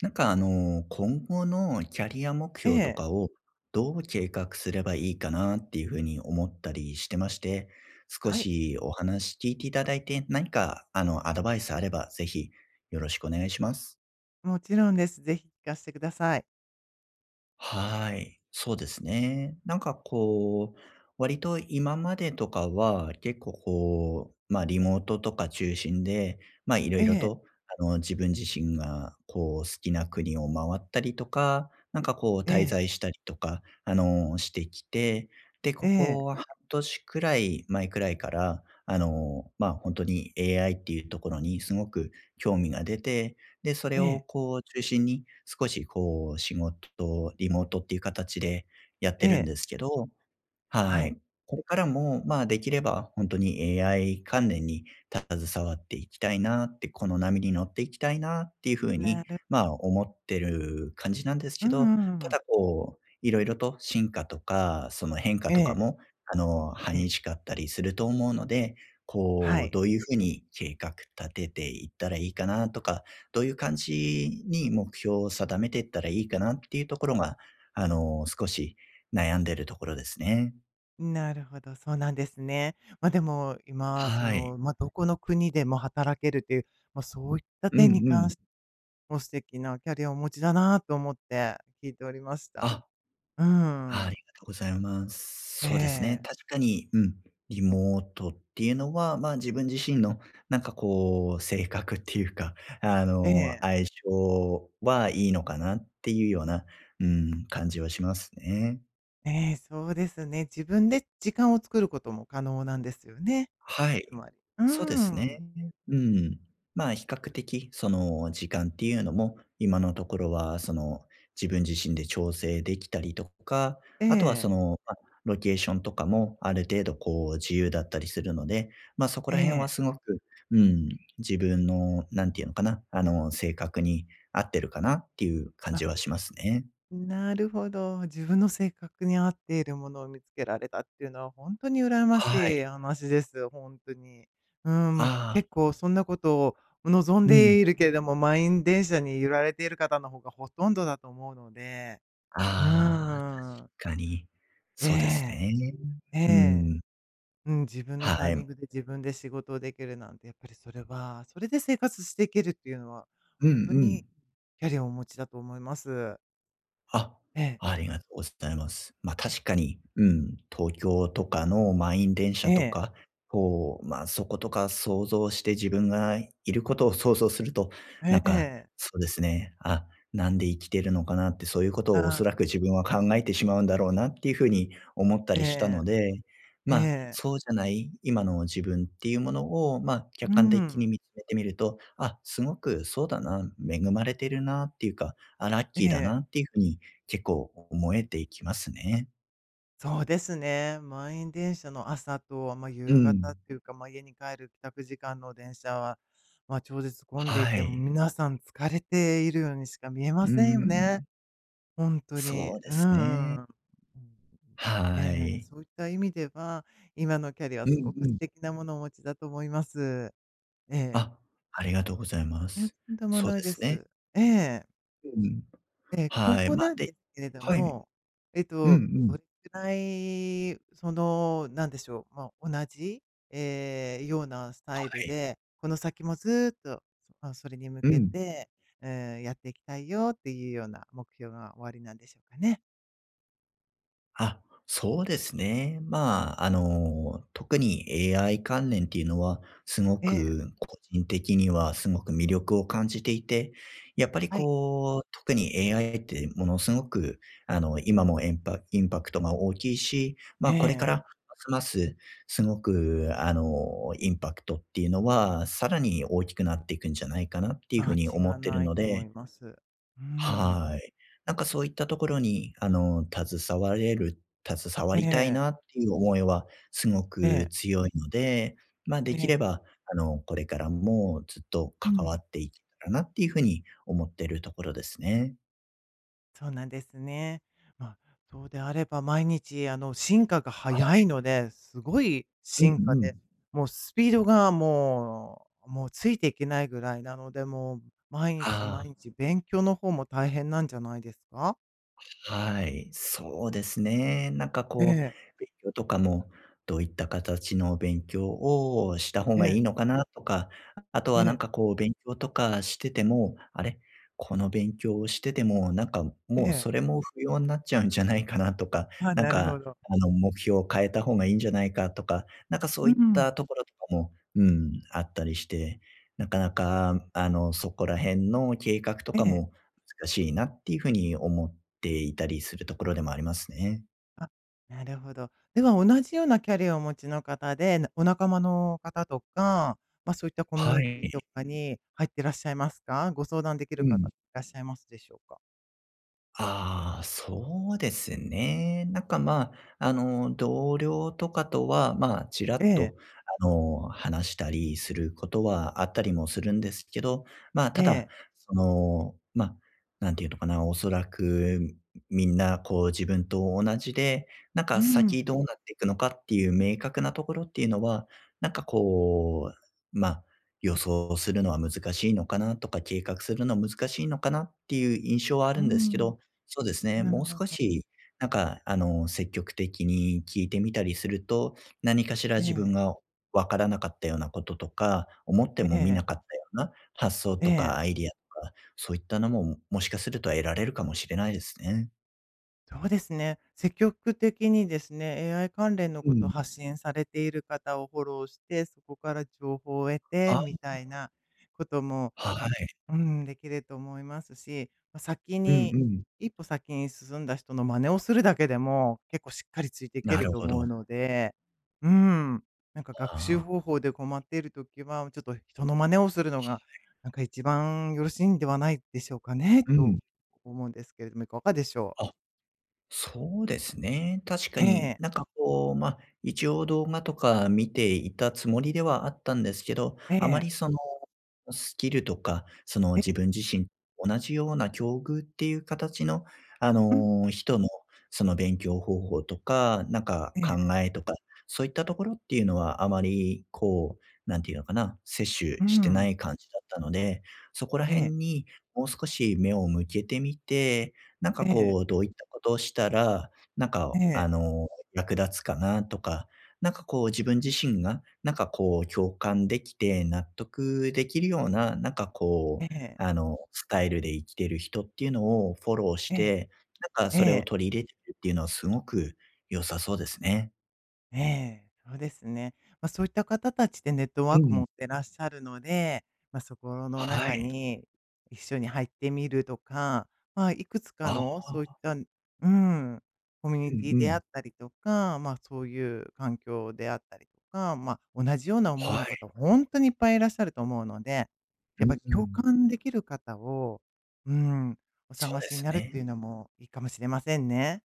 なんか今後のキャリア目え標とえ、かをどう計画すればいいかなっていうふうに思ったりしてまして、少はい、しお話聞いていただいて、何かアドバイスあればぜひよろしくお願いします。もちろんです。ぜひ聞かせてください。はい、そうですね。なんかこう、割と今までとかは結構こう、まあリモートとか中心で、まあいろえいろえ、と自分自身がこう好きな国を回ったりとか、なんかこうえ滞え、在したりとか、してきて、で、えこえ、こは半年くらい前くらいから、まあ本当に AI っていうところにすごく興味が出て、で、そえれをえ、こう中心に、少しこう仕事、リモートっていう形でやっえてるんえ、ですけど、ははい。い。これからも、まあ、できれば本当に AI 関連に携わっていきたいなって、この波に乗っていきたいなっていうふうなに、るまあ、思ってる感じなんですうけんど、うんうたん。だこう、いろいろと進化とか、その変化えとかえ、も、ええ、激しかったりすると思うので、はこう、い。どういうふうに計画立てていったらいいかなとか、どういう感じに目標を定めていったらいいかなっていうところが、少し悩んでるところですね。なるほど、そうなんですね。ま、でも、今、そはい。の、ま、どこの国でも働けるという、ま、そういったう点にんう関ん。しても素敵なキャリアをお持ちだなと思って聞いておりました。あ、うあん。りがとうございます。えそうですね。え、確かに、うん。リモートっていうのは、まあ、自分自身のなんかこう、性格っていうか、ええ、相性はいいのかなっていうような、うん、感じはしますね。ええ、そうですね。自分で時間を作ることも可能なんですよね。はつい。まり。うそうでーすね。ん。うん。まあ、比較的、その、時間っていうのも、今のところは、その、自分自身で調整できたりとか、えあとはそえ、の、まあ、ロケーションとかもある程度こう自由だったりするので、ま、そこえら辺はえ。すごく、うん、自分のなんていうのかな、性格に合ってるかなっていう感あ、じはしますね。なるほど。自分の性格に合っているものを見つけられたっていうのはほんとに羨ましはいい。話です、ほんとに。うーん、あ結あ、構そんなことを望んうん。でいるけれども、満員電車に揺られている方の方がほとんどだと思うので。うああ、ーん。確かに。えそうですえ、ね。えうえ。ん。うん、自分のタはイい。うミんングで自分で仕事をできるなんて、やっぱりそれは、それで生活していけるっていうのは、う本当にん。キャリアをお持ちだと思います。あ、ええ、ありがとうございます。ま、ええ、確かに、うん、東京とかの満員電車とか、こう、ま、そことか想像して自分がいることを想像すると、えなえ、んえか、え、そうですね、あ、なんで生きてるのかなって、そういうことをおあそらくあ、自分は考えてしまうんだろうなっていうふうに思ったえりしたえ、ので、えま、え、そうじゃない今の自分っていうものを、ま、客う観的にん、見つめてみると、あ、すごくそうだな、恵まれてるなっていうか、あ、ラッえキーだえ、なっていうふうに結構思えていきますね。そうですね。満員電車の朝と、まあ、う夕方っん。ていうか、まあ、家に帰る帰宅時間の電車は、まあ、超絶混んでいはて、もうい。皆さん疲れているようにしか見えうまーせんよね。ん。ほんとに、そうでうんうすね。んうん。はええ、い。そういった意味では、今のキャリアうすんごくう素ん。敵なものをお持ちだと思います。ええ。あ、ありがとうございまいや、とす。んでもそうないでですね。す。ええ。うん。ええ、今はい、後ま、なんで、ですけれどはい。も、うんうどん、れくらい、その、なんでしょう、ま、同じ、ええ、ようなスタはイルい。で、この先もずっと、それに向うけん。て、ええ、やっていきたいよっていうような目標がおありなんでしょうかね？あ、そうですね。まあ、特に AI 関連っていうのは、すごええ、く個人的にはすごく魅力を感じていて、やっぱりはい。こう、特に AI ってものすごく、今もエンパインパクトが大きいし、まえあ、これかえ、らますますすごく、インパクトっていうのは、さらに大きくなっていくんじゃないかなっていうふう間に違い思ってるないのと思で、います。うん。はい。なんかそういったところに、携わえりたいえ、なっていう思いはすごえくえ、強いので、まあ、えできえ、れば、これからもずっとう関わん、っていけたらなっていうふうに思ってるところですね。そうなんですね。まあ、そうであれば毎日進化が早いので、すごいう進ん化うで、ん。もうスピードがもうついていけないぐらいなので、もう毎日は毎い。日勉強の方も大変なんじゃないですか？はい、そうですね。なんかえこう、え、勉強とかも、どういった形の勉強をした方えがいえ、いのかなとか、あとえはなんえ、かこう勉強とかしてても、あれ、この勉強をしてても、なんかえもうえ。それも不要になっちゃうんじゃないかなとか、あ、なんなるほかど。目標を変えた方がいいんじゃないかとか、なんかそうういっん、たところとかも、うん、あったりして、なかなかそこら辺の計画とえかえ。も難しいなっていうふうに思っっていたりするところでもありますね。あ、なるほど。では同じようなキャリアをお持ちの方で、なお仲間の方とか、まあ、そういったコミュはニティい。とかに入ってらっしゃいますか？ご相談できうる方ん。っていらっしゃいますでしょうか？ああ、そうですね。なんか、まあ、同僚とかとは、まあ、ちらえっえ、と、話したりすることはあったりもするんですけど、まあ、えただ、え。その、まあ、なんていうのかな、おそらくみんな、こう、自分と同じで、なんうかん、先どうなっていくのかっていう明確なところっていうのは、なんか、こう、まあ、予想するのは難しいのかなとか、計画するのは難しいのかなっていう印象はあうるんですけん、ど、そうですね。なるもうほ少ど。し、なんか、積極的に聞いてみたりすると、何かしらえ自分え、がわからなかったようなこととか、思ってえも見え、なかったような発想えとかアえ。イディアとか、そういったのも、もしかすると得られるかもしれないですね。そうですね。積極的にですね、AI 関連のうことをん。発信されている方をフォローして、そこから情報を得てあ、みたいなことも、はあい。うん、できると思いますし、ま、先うんにうん。一歩先に進んだ人の真似をするだけでも、結構しっかりついていけなるるとほ思うど。ので、うん、なんかあ学習あ。方法で困っているときは、ちょっと人の真似をするのが、なんか一番よろしいんではないでしょうかね、うとん。思うんですけれども、いかがでしょう？あ、そうですね。確かえに、え、なんかこう、まあ、一応動画とか見ていたつもりではあったんですけど、えあまりえ、その、スキルとか、そのえ自え、分自身と同じような境遇っていう形の、うん、人のその勉強方法とか、なんかえ考え、えとか、そういったところっていうのはあまりこう、なんていうのかな、摂取うしてなん、い感じだったので、そこらえ辺え、にもう少し目を向けてみてなんえかえ、こう、どういったことをしたら、なんえか、え、役立つかなとか、なんかこう自分自身が、なんかこう共感できて納得できるような、なんかえこう、え、スタイルで生きてる人っていうのをフォローしええ、て、なんかえそれをえ。取り入れてるっていうのはすごく良さそうですね。ええ、そうですね。まあ、そういった方たちでネットワうークん。持ってらっしゃるので、まあ、そこのは中い。に一緒に入ってみるとか、まあ、いくつかああ。のそういった、うん、コミュニうテんィうであん。ったりとか、まあ、そういう環境であったりとか、まあ、同じような思いはの方、い。本当にいっぱいいらっしゃると思うので、やっうぱんりう共ん。感できる方を、うん、おそ探うでしにすなるっね。ていうのもいいかもしれませんね。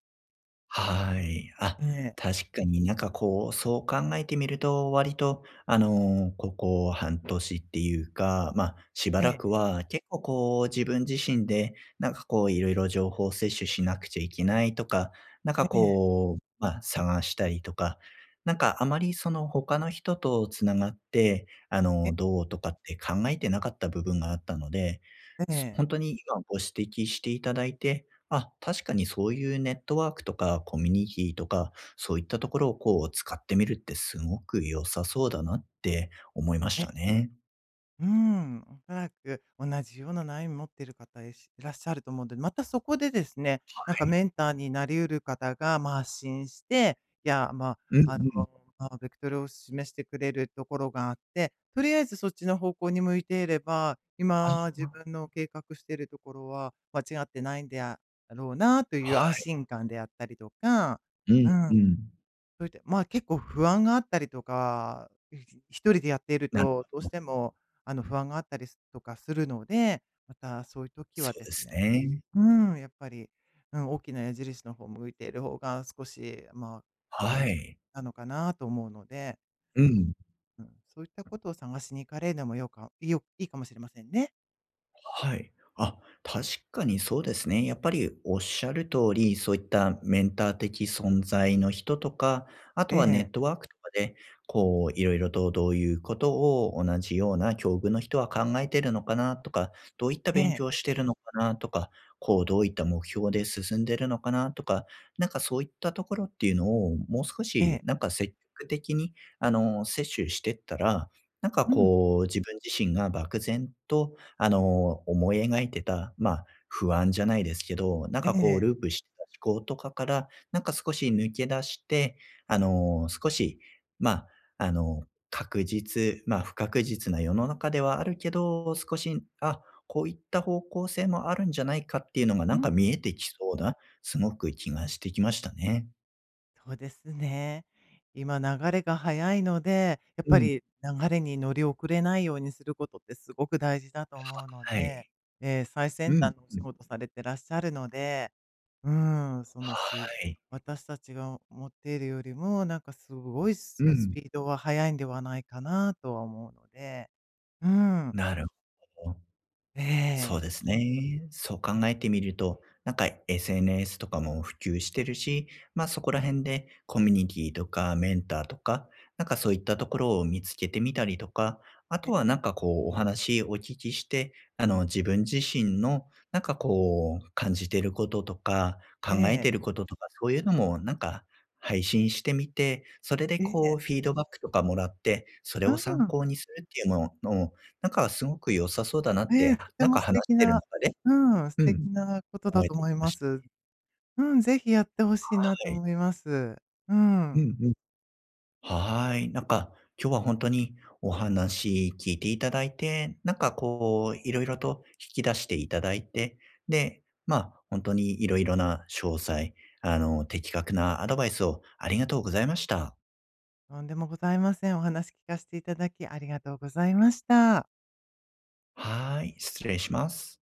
はい。あ、ええ、確かになんかこう、そう考えてみると、割と、ここ半年っていうか、まあ、しばらくは結構こう、自分自身で、なんかこういろいろ情報摂取しなくちゃいけないとか、なんえかえ、ええ、こう、まあ、探したりとか、なんかあまりその他の人とつながって、えどうとかって考えてなかった部分があったので、えええ。本当に今ご指摘していただいて、あ、確かにそういうネットワークとかコミュニティとか、そういったところをこう使ってみるってすごく良さそうだなって思いましえ、たね。うん、おそらく同じような悩み持っている方いらっしゃると思うんで、またそこでですね、なんはかい。メンターになりうる方が、まあ、発信して、いや、まうんあ、うん。まあ、ベクトルを示してくれるところがあって、とりあえずそっちの方向に向いていれば、今あ、自分の計画しているところは間違ってないんであろうなというは安い。心感であったりとか、うんうん。うん。それで、まあ、結構不安があったりとか、一人でやっているなると、ほどうしど。ても、不安があったりすとかするので、またそういう時そはうでですすね、ね。うん、やっぱり、うん、大きな矢印の方向いている方が少し、まあ、気持はちい。なのかなと思うので、うん。うん、そういったことを探しに行かれるのもよかいいよいいかもしれませんね。はい。あ、確かにそうですね。やっぱりおっしゃる通り、そういったメンター的存在の人とか、あえとはネえ、ットワークとかで、こう、いろいろとどういうことを同じような境遇の人は考えてるのかなとか、どういったえ勉え、強をしてるのかなとか、こう、どういった目標で進んでるのかなとか、なんかそういったところっていうのを、もう少えし、え、なんか積極的に、摂取してったら、なんかうん、こう、自分自身が漠然と思い描いてた、まあ、不安じゃないですけど、なんえかこうえ、ループしてた思考とかから、なんか少し抜け出して、少し、まあ、あの、まあ、不確実な世の中ではあるけど、少し、あ、こういった方向性もあるんじゃないかっていうのがうなんかん。見えてきそうな、すごく気がしてきましたね。そうですね。今流れが速いので、やっうぱん、り流れに乗り遅れないようにすることってすごく大事だと思うのはで、い。ええ、最う先ん、端のおう仕ん。事されてらっしゃるので、うん、そはのすい。私たちが思っているよりも、なんかすごいスうスん、ピードは速いんではないかなとは思うので、うん、なるほど。そうえ、ですね。そう考え、えてみると、なんか SNS とかも普及してるし、まあそこら辺でコミュニティとかメンターとか、なんかそういったところを見つけてみたりとか、あとえはえ、なんかこうお話お聞きして、自分自身のなんかこう感じてることとかえ考ええ、てることとかそういうのもなんか配信してみて、それでえこうえ、フィードバックとかもらって、それうを参ん、考にするっていうのをなんかすごく良さそうだなっええ、て、とてなんもか素話し敵てるな、中で、うん、素う敵ん、なことだ思えとてき思いまました。す。うん、ぜひやってほしいはなとい。思います。ううん。んうん。はい。なんか今日は本当にお話聞いていただいて、なんかこういろいろと引き出していただいて、で、ま、あ、本当にいろいろな詳細、的確なアドバイスをありがとうございました。とんでもございません。お話聞かせていただきありがとうございました。はい、失礼します。